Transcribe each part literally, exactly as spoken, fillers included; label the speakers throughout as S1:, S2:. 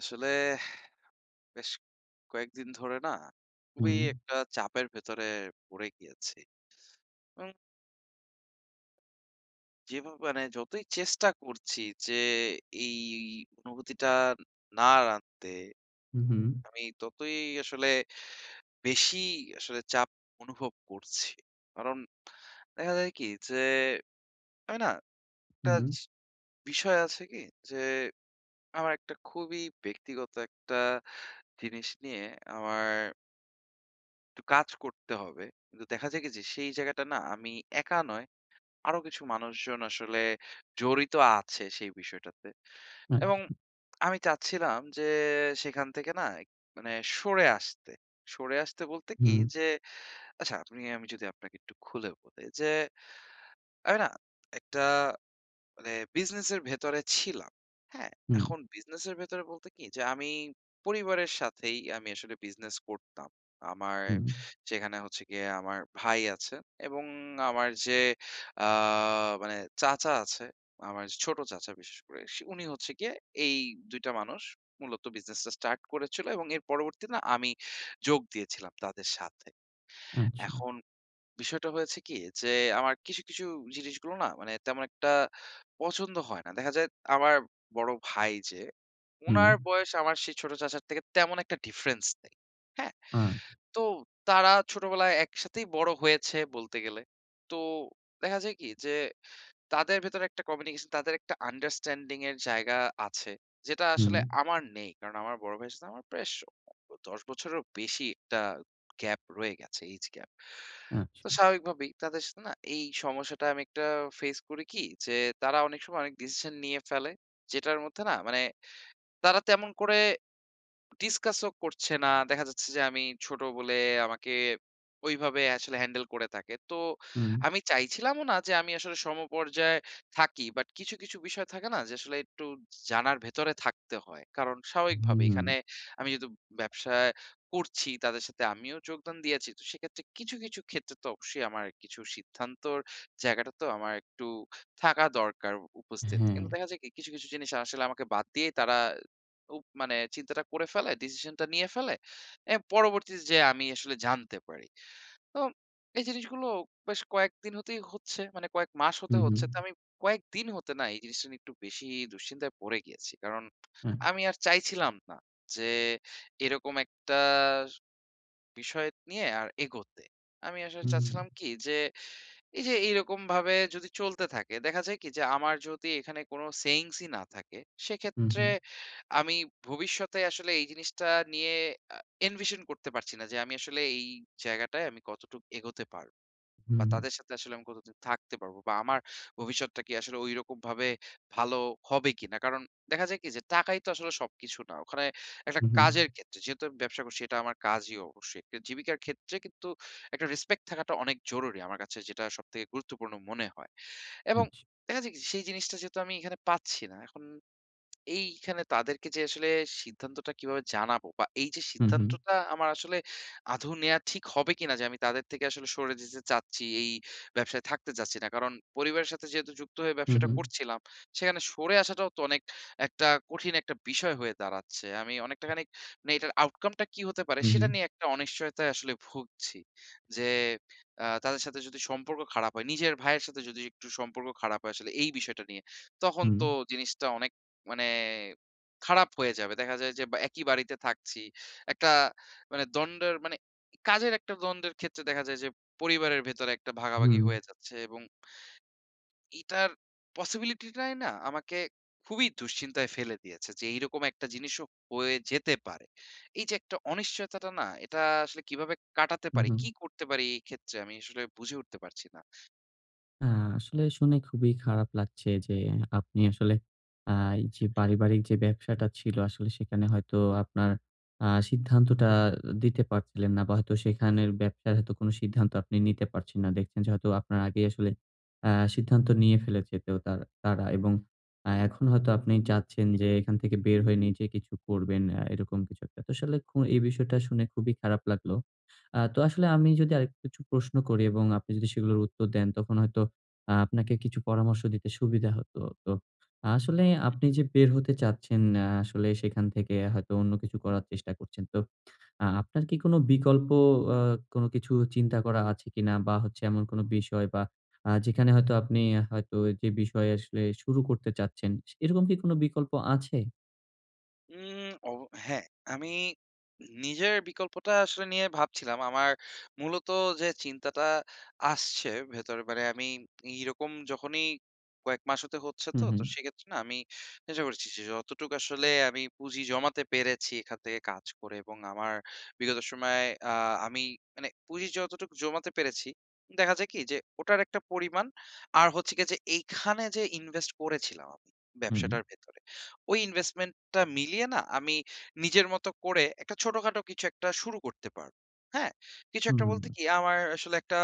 S1: আসলে বেশ কয়েকদিন ধরে না খুবই
S2: হুম,
S1: একটা চাপের ভেতরে পড়ে গিয়েছি, এবং যেভাবে মানে যতই চেষ্টা করছি যে এই অনুভূতিটা না আর আনতে,
S2: হুম,
S1: আমি ততই আসলে বেশি আসলে চাপ অনুভব করছি। কারণ দেখা যায় কি যে আমি না একটা
S2: হুম,
S1: জি- বিষয় আছে কি যে আমার একটা খুবই ব্যক্তিগত একটা জিনিস নিয়ে আমার একটু কাজ করতে হবে। কিন্তু দেখা যায় কি যে সেই জায়গাটা না আমি একা নয়, আরো কিছু মানুষজন আসলে জড়িত আছে সেই বিষয়টাতে। এবং
S2: আচ্ছা।
S1: আমি চাচ্ছিলাম যে সেখান থেকে না মানে সরে আসতে। সরে আসতে বলতে কি
S2: হুম,
S1: যে, আচ্ছা, আপনি আমি যদি আপনাকে একটু খুলে বলি যে আমি না একটা মানে বিজনেসের ভেতরে ছিলাম। হ্যাঁ?
S2: হুম,
S1: এখন বিজনেসের ভেতরে বলতে কি যে আমি পরিবারের সাথেই আমি আসলে বিজনেস করতাম। আমার
S2: হুম,
S1: সেখানে হচ্ছে গিয়ে আমার ভাই আছে, এবং আমার যে আ মানে চাচা আছে। আমার যে ছোট চাচা বিশেষ করে সে উনি হচ্ছে গিয়ে এই দুই টা মানুষ মূলত বিজনেসটা স্টার্ট করেছিল, এবং এর পরবর্তীতে না আমি যোগ দিয়েছিলাম তাদের সাথে।
S2: আচ্ছা।
S1: এখন বিষয়টা হয়েছে কি যে, আমার কিছু, কিছু জিনিসগুলো না মানে তেমন একটা পছন্দ হয় না। দেখা যায় আমার বড় ভাই যে,
S2: হুম,
S1: উনার বয়স আমার সেই ছোট চাচার থেকে তেমন একটা ডিফারেন্স নেই। হ্যাঁ?
S2: আ
S1: তো তারা ছোটবেলায় একসাথেই বড় হয়েছে বলতে গেলে। তো দেখা যায় কি যে, তাদের ভেতরে একটা কমিউনিকেশন, তাদের একটা আন্ডারস্ট্যান্ডিং এর জায়গা আছে, যেটা
S2: হুম,
S1: আসলে আমার নেই। কারণ আমার বড় ভাইয়ের সাথে আমার প্রায় স দশ বছরেরও বেশি একটা গ্যাপ রয়ে গেছে, এইজ গ্যাপ।
S2: আচ্ছা।
S1: তো স্বাভাবিকভাবেই তাদের সাথে না এই সমস্যাটা আমি একটা ফেস করি কি যে, তারা অনেক সময় অনেক ডিসিশন নিয়ে ফেলে, যেটার মধ্যে না মানে তারা তেমন করে ডিসকাসও করছে না। দেখা যাচ্ছে যে আমি ছোট বলে আমাকে ওইভাবে আসলে হ্যান্ডেল করে থাকে। তো
S2: হুম,
S1: আমি চাইছিলামও না যে আমি আসলে সমপর্যায়ে থাকি। বাট কিছু, কিছু বিষয় থাকে না যে আসলে একটু জানার ভেতরে থাকতে হয়। কারণ স্বাভাবিকভাবে
S2: হুম,
S1: এখানে আমি যেহেতু ব্যবসায় করছি, তাদের সাথে আমিও যোগদান দিয়েছি। তো সেক্ষেত্রে কিছু, কিছু ক্ষেত্রে তো অবশ্যই আমার কিছু সিদ্ধান্তর জায়গাটা তো আমার একটু থাকা দরকার উপস্থিত।
S2: হ্যাঁ।
S1: কিন্তু দেখা যায় কি, কিছু, কিছু জিনিস আসলে আমাকে বাদ দিয়েই তারা উপ মানে চিন্তাটা করে ফেলে, ডিসিশনটা নিয়ে ফেলে। এ পরবর্তীতে যেয়ে আমি আসলে জানতে পারি। তো এই জিনিসগুলো বেশ কয়েকদিন হতেই হচ্ছে, মানে কয়েক মাস হতে
S2: হুম, হুম,
S1: হচ্ছে। তো আমি কয়েকদিন হতে না এই জিনিসটা নিয়ে একটু বেশি দুশ্চিন্তায় পড়ে গিয়েছি। কারণ
S2: হ্যাঁ।
S1: আমি আর চাইছিলাম না যে এরকম একটা বিষয় নিয়ে আর এগোতে। আমি আসলে
S2: হুম,
S1: চাচ্ছিলাম কি যে, এই যে এইরকমভাবে যদি চলতে থাকে, দেখা যায় কি যে আমার যদি এখানে কোন সেইংস ই না থাকে,
S2: হুম,
S1: সেক্ষেত্রে
S2: হুম,
S1: আমি ভবিষ্যতে আসলে এই জিনিসটা নিয়ে আ এনভিশন করতে পারছি না যে আমি আসলে এই জায়গাটায় আমি কতটুক এগোতে পারব। বা
S2: হুম,
S1: তাদের সাথে আসলে আমি কতদিন থাকতে পারবো, বা আমার ভবিষ্যৎটা কি আসলে ঐরকমভাবে ভালো হবে কিনা। কারণ দেখা যায় কি যে টাকাই তো আসলে সবকিছু না। ওখানে একটা
S2: হুম, হুম,
S1: কাজের ক্ষেত্রে যেহেতু আমি ব্যবসা করছি, এটা আমার কাজই অবশ্যই। একটা জীবিকার ক্ষেত্রে কিন্তু একটা রেসপেক্ট থাকাটা অনেক জরুরি আমার কাছে, যেটা সবথেকে গুরুত্বপূর্ণ মনে হয়। এবং
S2: আচ্ছা।
S1: দেখা যায় কি, সেই জিনিসটা যেহেতু আমি এখানে পাচ্ছি না, এখন এইখানে তাদেরকে যে আসলে সিদ্ধান্তটা কিভাবে জানাবো, বা এই যে
S2: হুম, হুম,
S1: সিদ্ধান্তটা আমার আসলে আদৌ নেয়া ঠিক হবে কিনা যে আমি তাদের থেকে আসলে সরে যেতে চাচ্ছি, এই ব্যবসায় থাকতে চাচ্ছি না। কারণ পরিবারের সাথে যেহেতু যুক্ত হয়ে
S2: হুম,
S1: ব্যবসাটা
S2: হুম,
S1: করছিলাম, সেখানে সরে আসাটাও তো অনেক একটা কঠিন একটা বিষয় হয়ে দাঁড়াচ্ছে। আমি অনেকটা খানিক মানে এটার আউটকামটা কি হতে পারে
S2: হুম,
S1: সেটা নিয়ে একটা অনিশ্চয়তায় আসলে ভুগছি। যে আ তাদের সাথে যদি সম্পর্ক খারাপ হয়, নিজের ভাইয়ের সাথে যদি একটু সম্পর্ক খারাপ হয় আসলে এই বিষয়টা নিয়ে, তখন
S2: হুম,
S1: তো জিনিসটা অনেক মানে খারাপ হয়ে যাবে। দেখা যায় যে বা একই বাড়িতে থাকছি। একটা মানে দ্বন্দ্বের মানে কাজের একটা দ্বন্দ্বের ক্ষেত্রে দেখা যায় যে পরিবারের ভেতরে একটা ভাগাভাগি
S2: হুম,
S1: হয়ে যাচ্ছে, এবং এটার পসিবিলিটি টাই না আমাকে খুবই দুশ্চিন্তায় ফেলে দিয়েছে যে এইরকম একটা জিনিসও হয়ে যেতে পারে। এই যে একটা অনিশ্চয়তাটা না, এটা আসলে কিভাবে কাটাতে
S2: হুম,
S1: পারি?
S2: হুম।
S1: কি করতে পারি এই ক্ষেত্রে আমি আসলে বুঝে উঠতে পারছি না।
S2: আ আসলে শুনে খুবই খারাপ লাগছে যে আপনি আসলে আ এই যে পারিবারিক যে ব্যবসাটা ছিল আসলে সেখানে হয়তো আপনার আ সিদ্ধান্তটা দিতে পারছিলেন না বা হয়তো সেখানের ব্যবসার হয়তো কোনো সিদ্ধান্ত আপনি নিতে পারছেন না। দেখছেন যে হয়তো আপনার আগেই আসলে আ সিদ্ধান্ত নিয়ে ফেলেছে তো তার তারা এবং আ এখন হয়তো আপনি চাচ্ছেন যে এখান থেকে বের হয়ে নিজে কিছু করবেন, আ এরকম কিছু একটা। তো আসলে খু এই বিষয়টা শুনে খুবই খারাপ লাগলো। আ তো আসলে আমি যদি আরেকটু কিছু প্রশ্ন করি এবং আপনি যদি সেগুলোর উত্তর দেন, তখন হয়তো আ আপনাকে কিছু পরামর্শ দিতে সুবিধা হতো। তো আসলে আপনি যে বের হতে চাচ্ছেন, আ আসলে সেখান থেকে হয়তো অন্য কিছু করার চেষ্টা করছেন। তো আ আপনার কি কোনো বিকল্প, আ কোনো কিছু চিন্তা করা আছে কিনা? বা হচ্ছে এমন কোনো বিষয় বা আ যেখানে হয়তো আপনি হয়তো যে বিষয়ে আসলে শুরু করতে চাচ্ছেন, এরকম কি কোনো বিকল্প আছে?
S1: উম অব হ্যাঁ, আমি নিজের বিকল্পটা আসলে নিয়ে ভাবছিলাম। আমার মূলত যে চিন্তাটা আসছে ভেতরে মানে আমি এইরকম যখনই কয়েক মাস হতে হচ্ছে
S2: হুম,
S1: তো,
S2: হুম,
S1: তো সেক্ষেত্রে না আমি চেষ্টা করেছি যে যতটুকু আসলে আমি পুঁজি জমাতে পেরেছি এখান থেকে কাজ করে, এবং আমার বিগত সময়ে আ আমি মানে পুঁজি যতটুকু জমাতে পেরেছি, দেখা যায় কি যে ওটার একটা পরিমাণ আর হচ্ছে গিয়ে যে এইখানে যে ইনভেস্ট করেছিলাম আমি
S2: হুম,
S1: ব্যবসাটার ভেতরে, ওই ইনভেস্টমেন্টটা মিলিয়ে না আমি নিজের মতো করে একটা ছোটখাটো কিছু একটা শুরু করতে পারবো। হ্যাঁ? কিছু একটা
S2: হুম,
S1: বলতে কি, আমার আসলে একটা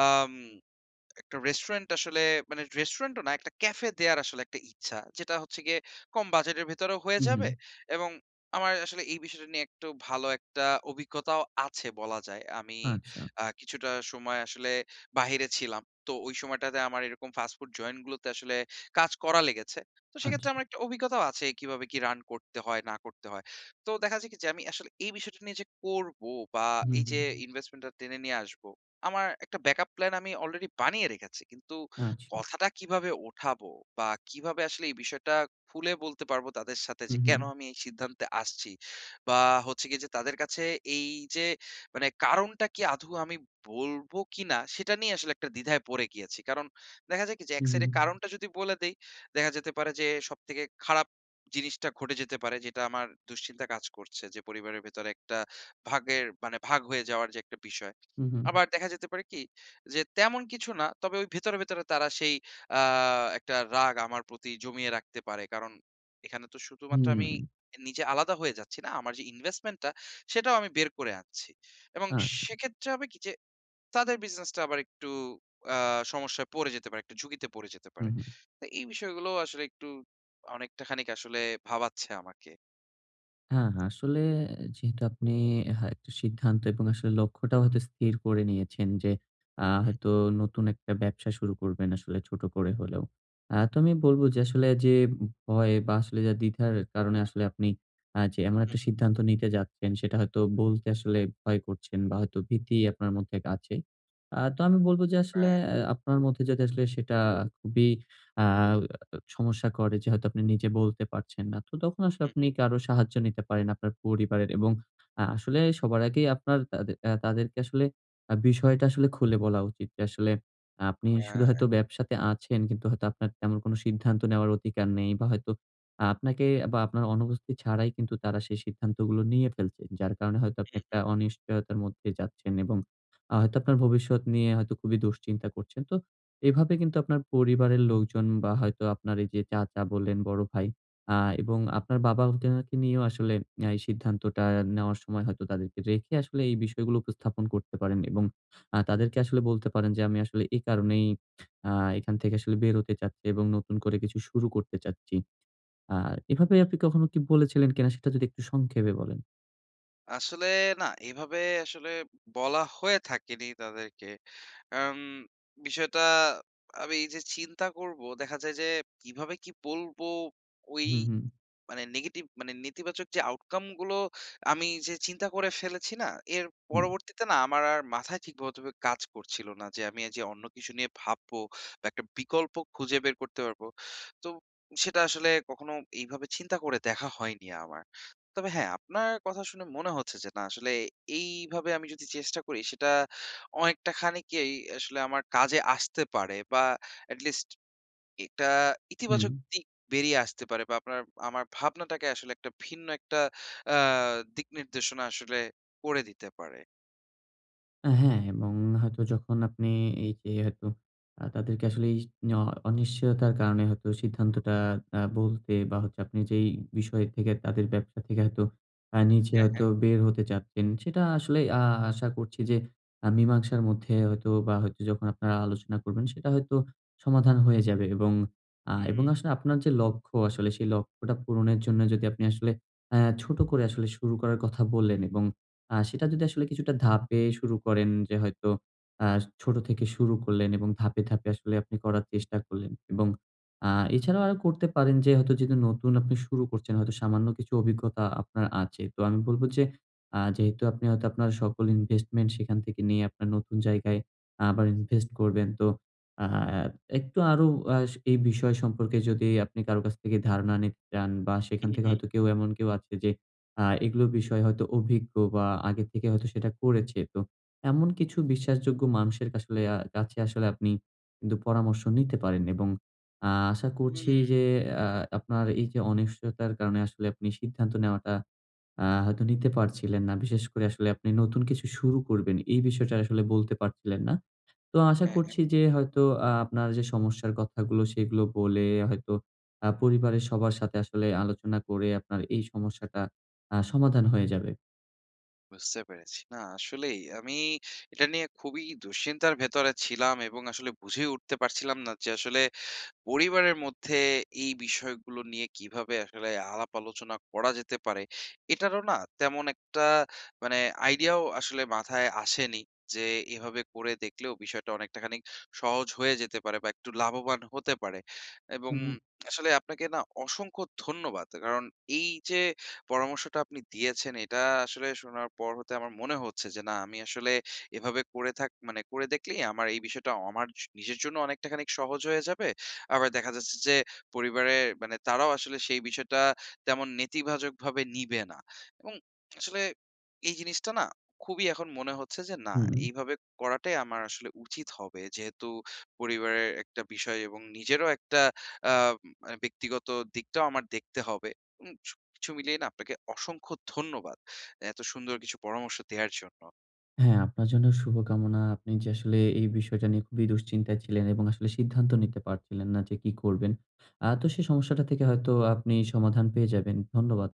S1: আম একটা রেস্টুরেন্ট আসলে, মানে রেস্টুরেন্টও না, একটা ক্যাফে দেয়ার আসলে একটা ইচ্ছা, যেটা হচ্ছে গিয়ে কম বাজেটের ভেতরেও হয়ে
S2: হুম, হুম।
S1: যাবে। এবং আমার আসলে এই বিষয়টা নিয়ে একটু ভালো একটা অভিজ্ঞতাও আছে বলা যায়। আমি
S2: আচ্ছা,
S1: আ কিছুটা সময় আসলে বাহিরে ছিলাম। তো ওই সময়টাতে আমার এরকম ফাস্ট ফুড জয়েন্ট গুলোতে আসলে কাজ করা লেগেছে। তো
S2: আচ্ছা।
S1: সেক্ষেত্রে আমার একটা অভিজ্ঞতাও আছে কিভাবে কি রান করতে হয় না করতে হয়। তো দেখা যায় কি যে আমি আসলে এই বিষয়টা নিয়ে যে করব, বা
S2: হুম,
S1: এই
S2: হুম।
S1: যে ইনভেস্টমেন্ট টা টেনে নিয়ে আসব, আমার একটা ব্যাকআপ প্ল্যান আমি অলরেডি বানিয়ে রেখেছি। কিন্তু
S2: আচ্ছা।
S1: কথাটা কিভাবে ওঠাবো, বা কিভাবে আসলে এই বিষয়টা খুলে বলতে পারবো তাদের সাথে
S2: হুম,
S1: যে
S2: হুম,
S1: কেন আমি এই সিদ্ধান্তে আসছি? বা হচ্ছে গিয়ে যে তাদের কাছে এই যে মানে কারণটা কি আদৌ আমি বলবো কিনা, সেটা নিয়ে আসলে একটা দ্বিধায় পড়ে গিয়েছি। কারণ দেখা যায় কি যে, এক
S2: হুম,
S1: সাইডে কারণটা যদি বলে দেই, দেখা যেতে পারে যে সবথেকে খারাপ জিনিসটা ঘটে যেতে পারে, যেটা আমার দুশ্চিন্তা কাজ করছে যে পরিবারের ভেতরে একটা ভাগের মানে ভাগ হয়ে যাওয়ার যে একটা বিষয়।
S2: হুম,
S1: আবার দেখা যেতে পারে কি? যে তেমন কিছু না। তবে ওই ভেতরে, ভেতরে তারা সেই আ একটা রাগ আমার প্রতি জমিয়ে রাখতে পারে। কারণ এখানে তো
S2: হুম,
S1: শুধুমাত্র আমি
S2: হুম।
S1: নিজে আলাদা হয়ে যাচ্ছি না। আমার যে ইনভেস্টমেন্ট টা, সেটাও আমি বের করে আনছি। এবং
S2: আচ্ছা।
S1: সেক্ষেত্রে হবে কি? যে তাদের বিজনেসটা আবার একটু আ সমস্যায় পড়ে যেতে পারে, একটু ঝুঁকিতে পড়ে যেতে পারে।
S2: হুম, হুম।
S1: তো এই বিষয়গুলো আসলে একটু অনেকটা খানিক আসলে ভাবাচ্ছে আমাকে।
S2: হ্যাঁ, হ্যাঁ। আসলে যেহেতু আপনি, হ্যাঁ, একটা সিদ্ধান্ত এবং আসলে লক্ষ্যটাও হয়তো স্থির করে নিয়েছেন যে, আ
S1: হুম,
S2: হয়তো নতুন একটা ব্যবসা শুরু করবেন আসলে ছোট করে হলেও। আ তো আমি বলব যে আসলে যে ভয় বা আসলে যে দ্বিধার কারণে আসলে আপনি আ যে এমন
S1: হুম,
S2: একটা সিদ্ধান্ত নিতে যাচ্ছেন, সেটা হয়তো বলতে আসলে ভয় করছেন বা হয়তো ভীতি আপনার মধ্যে আছে। আ তো আমি বলব যে আসলে
S1: রাইট।
S2: অ্যা আপনার মধ্যে যাতে আসলে সেটা খুবই আ সমস্যা করে যে হয়তো আপনি নিজে বলতে পারছেন না। তো তখন আসলে
S1: হুম,
S2: আপনি
S1: হুম,
S2: কারো সাহায্য নিতে পারেন আপনার পরিবারের, এবং আ আসলে সবার আগেই আপনার তাদে আ তাদেরকে আসলে আ বিষয়টা আসলে খুলে বলা উচিত যে আসলে আপনি শুধু হয়তো
S1: রাইট।
S2: ব্যবসাতে আছেন, কিন্তু হয়তো আপনার তেমন কোনো সিদ্ধান্ত নেওয়ার অধিকার নেই, বা হয়তো আ আপনাকে বা আপনার অনুপস্থিতি ছাড়াই কিন্তু তারা সেই সিদ্ধান্তগুলো নিয়ে ফেলছে। যার কারণে হয়তো আপনি
S1: হুম,
S2: একটা
S1: হুম।
S2: অনিশ্চয়তার মধ্যে যাচ্ছেন, এবং আ হয়তো আপনার ভবিষ্যৎ নিয়ে হয়তো খুবই দুশ্চিন্তা করছেন। তো এভাবে কিন্তু আপনার পরিবারের লোকজন, বা হয়তো আপনার এই যে চাচা বললেন, বড় ভাই, আ এবং আপনার বাবা, তেনাকে নিয়েও আসলে আ এই সিদ্ধান্তটা নেওয়ার সময় হয়তো তাদেরকে রেখে আসলে এই বিষয়গুলো উপস্থাপন করতে পারেন, এবং আ তাদেরকে আসলে বলতে পারেন যে, "আমি আসলে এই কারণেই আ এখান থেকে আসলে বেরোতে চাচ্ছি এবং নতুন করে কিছু শুরু করতে চাচ্ছি।" আ এভাবে আপনি কখনো কি বলেছিলেন কিনা, সেটা যদি একটু সংক্ষেপে বলেন?
S1: আসলে না, এভাবে আসলে বলা হয়ে থাকেনি তাদেরকে। আম বিষয়টা আমি এই যে চিন্তা করব, দেখা যায় যে কিভাবে কি বলবো, ওই
S2: হুম, হুম।
S1: মানে নেগেটিভ মানে নেতিবাচক যে আউটকাম গুলো আমি যে চিন্তা করে ফেলেছি না, এর
S2: হুম,
S1: পরবর্তীতে না আমার আর মাথায় ঠিকমতভাবে কাজ করছিল না যে আমি যে অন্য কিছু নিয়ে ভাববো বা একটা বিকল্প খুঁজে বের করতে পারবো। তো সেটা আসলে কখনো এইভাবে চিন্তা করে দেখা হয়নি আমার। তবে হ্যাঁ, আপনার কথা শুনে মনে হচ্ছে যে না আসলে এইভাবে আমি যদি চেষ্টা করি, সেটা অনেকটা খানিকেই আসলে আমার কাজে আসতে পারে, বা এট লিস্ট এটা
S2: হুম।
S1: ইতিবাচক দিক বেরিয়ে আসতে পারে, বা আপনার আমার ভাবনাটাকে আসলে একটা ভিন্ন একটা আ দিক নির্দেশনা আসলে করে দিতে পারে।
S2: আ হ্যাঁ, এবং হয়তো যখন আপনি এই যে হয়তো আ তাদেরকে আসলে এই ন অনিশ্চয়তার কারণে হয়তো সিদ্ধান্তটা আ বলতে, বা হচ্ছে আপনি যেই বিষয় থেকে, তাদের ব্যবসা থেকে হয়তো আ নিজে
S1: হ্যাঁ,
S2: হয়তো
S1: হ্যাঁ।
S2: বের হতে চাচ্ছেন, সেটা আসলে, আ আশা করছি যে আ মীমাংসার মধ্যে হয়তো, বা হয়তো যখন আপনারা আলোচনা করবেন, সেটা হয়তো সমাধান হয়ে যাবে। এবং আ
S1: হুম,
S2: এবং আসলে আপনার যে লক্ষ্য, আসলে সেই লক্ষ্যটা পূরণের জন্য যদি আপনি আসলে অ্যা ছোট করে আসলে শুরু করার কথা বললেন, এবং আ সেটা যদি আসলে কিছুটা ধাপে শুরু করেন, যে হয়তো আ ছোট থেকে শুরু করলেন এবং ধাপে, ধাপে আসলে আপনি করার চেষ্টা করলেন, এবং আ এছাড়াও আরো করতে পারেন যে হয়তো, যেহেতু নতুন আপনি শুরু করছেন, হয়তো সামান্য কিছু অভিজ্ঞতা আপনার আছে। তো আমি বলব যে আ যেহেতু আপনি হয়তো আপনার সকল ইনভেস্টমেন্ট সেখান থেকে নিয়ে আপনার নতুন জায়গায় আবার ইনভেস্ট করবেন। তো আ একটু আরো আ এই বিষয় সম্পর্কে যদি আপনি কারো কাছ থেকে ধারণা নিতে চান, বা সেখান
S1: হুম,
S2: থেকে
S1: হুম,
S2: হয়তো কেউ, এমন কেউ আছে যে আ এগুলো বিষয়ে হয়তো অভিজ্ঞ বা আগে থেকে হয়তো সেটা করেছে। তো এমন কিছু বিশ্বাসযোগ্য মানুষের আসলে আ কাছে, আসলে আপনি কিন্তু পরামর্শ নিতে পারেন, এবং আ আশা করছি
S1: হুম।
S2: যে আ আপনার এই যে অনিশ্চয়তার কারণে আসলে আপনি সিদ্ধান্ত নেওয়াটা আ হয়তো নিতে পারছিলেন না, বিশেষ করে আসলে আপনি নতুন কিছু শুরু করবেন, এই বিষয়টা আসলে বলতে পারছিলেন না। তো আশা
S1: হ্যাঁ, হ্যাঁ।
S2: করছি যে হয়তো আ আপনার যে সমস্যার কথাগুলো সেগুলো বলে হয়তো আ পরিবারের সবার সাথে আসলে আলোচনা করে আপনার এই সমস্যাটা আ সমাধান
S1: হুম,
S2: হয়ে যাবে।
S1: বুঝতে পেরেছি। না, আসলেই আমি এটা নিয়ে খুবই দুশ্চিন্তার ভেতরে ছিলাম, এবং আসলে বুঝেই উঠতে পারছিলাম না যে আসলে পরিবারের মধ্যে এই বিষয়গুলো নিয়ে কিভাবে আসলে আলাপ আলোচনা করা যেতে পারে। এটারও না তেমন একটা মানে আইডিয়াও আসলে মাথায় আসেনি যে এভাবে করে দেখলেও বিষয়টা অনেকটা খানি সহজ হয়ে যেতে পারে, বা একটু লাভবান হতে পারে। এবং
S2: হুম।
S1: আসলে আপনাকে না অসংখ্য ধন্যবাদ, কারণ এই যে পরামর্শটা আপনি দিয়েছেন, এটা আসলে শোনার পর হতে আমার মনে হচ্ছে যে না, আমি আসলে এভাবে করে থাক মানে করে দেখলেই আমার এই বিষয়টা আমার জ- নিজের জন্য অনেকটা খানি সহজ হয়ে যাবে। আবার দেখা যাচ্ছে যে পরিবারে মানে তারাও আসলে সেই বিষয়টা তেমন নেতিবাচকভাবে নিবে না। এবং আসলে এই জিনিসটা না খুবই এখন মনে হচ্ছে যে না,
S2: হুম,
S1: এইভাবে করাটাই আমার আসলে উচিত হবে। যেহেতু পরিবারের একটা বিষয়, এবং নিজেরও একটা আ মানে ব্যক্তিগত দিকটাও আমার দেখতে হবে। উম সবকিছু মিলিয়ে না আপনাকে অসংখ্য ধন্যবাদ। এত সুন্দর কিছু পরামর্শ দেয়ার জন্য।
S2: হ্যাঁ, আপনার জন্য শুভকামনা। আপনি যে আসলে এই বিষয়টা নিয়ে খুবই দুশ্চিন্তায় ছিলেন এবং আসলে সিদ্ধান্ত নিতে পারছিলেন না যে কি করবেন। আ তো সেই সমস্যাটা থেকে হয়তো আপনি সমাধান পেয়ে যাবেন। ধন্যবাদ।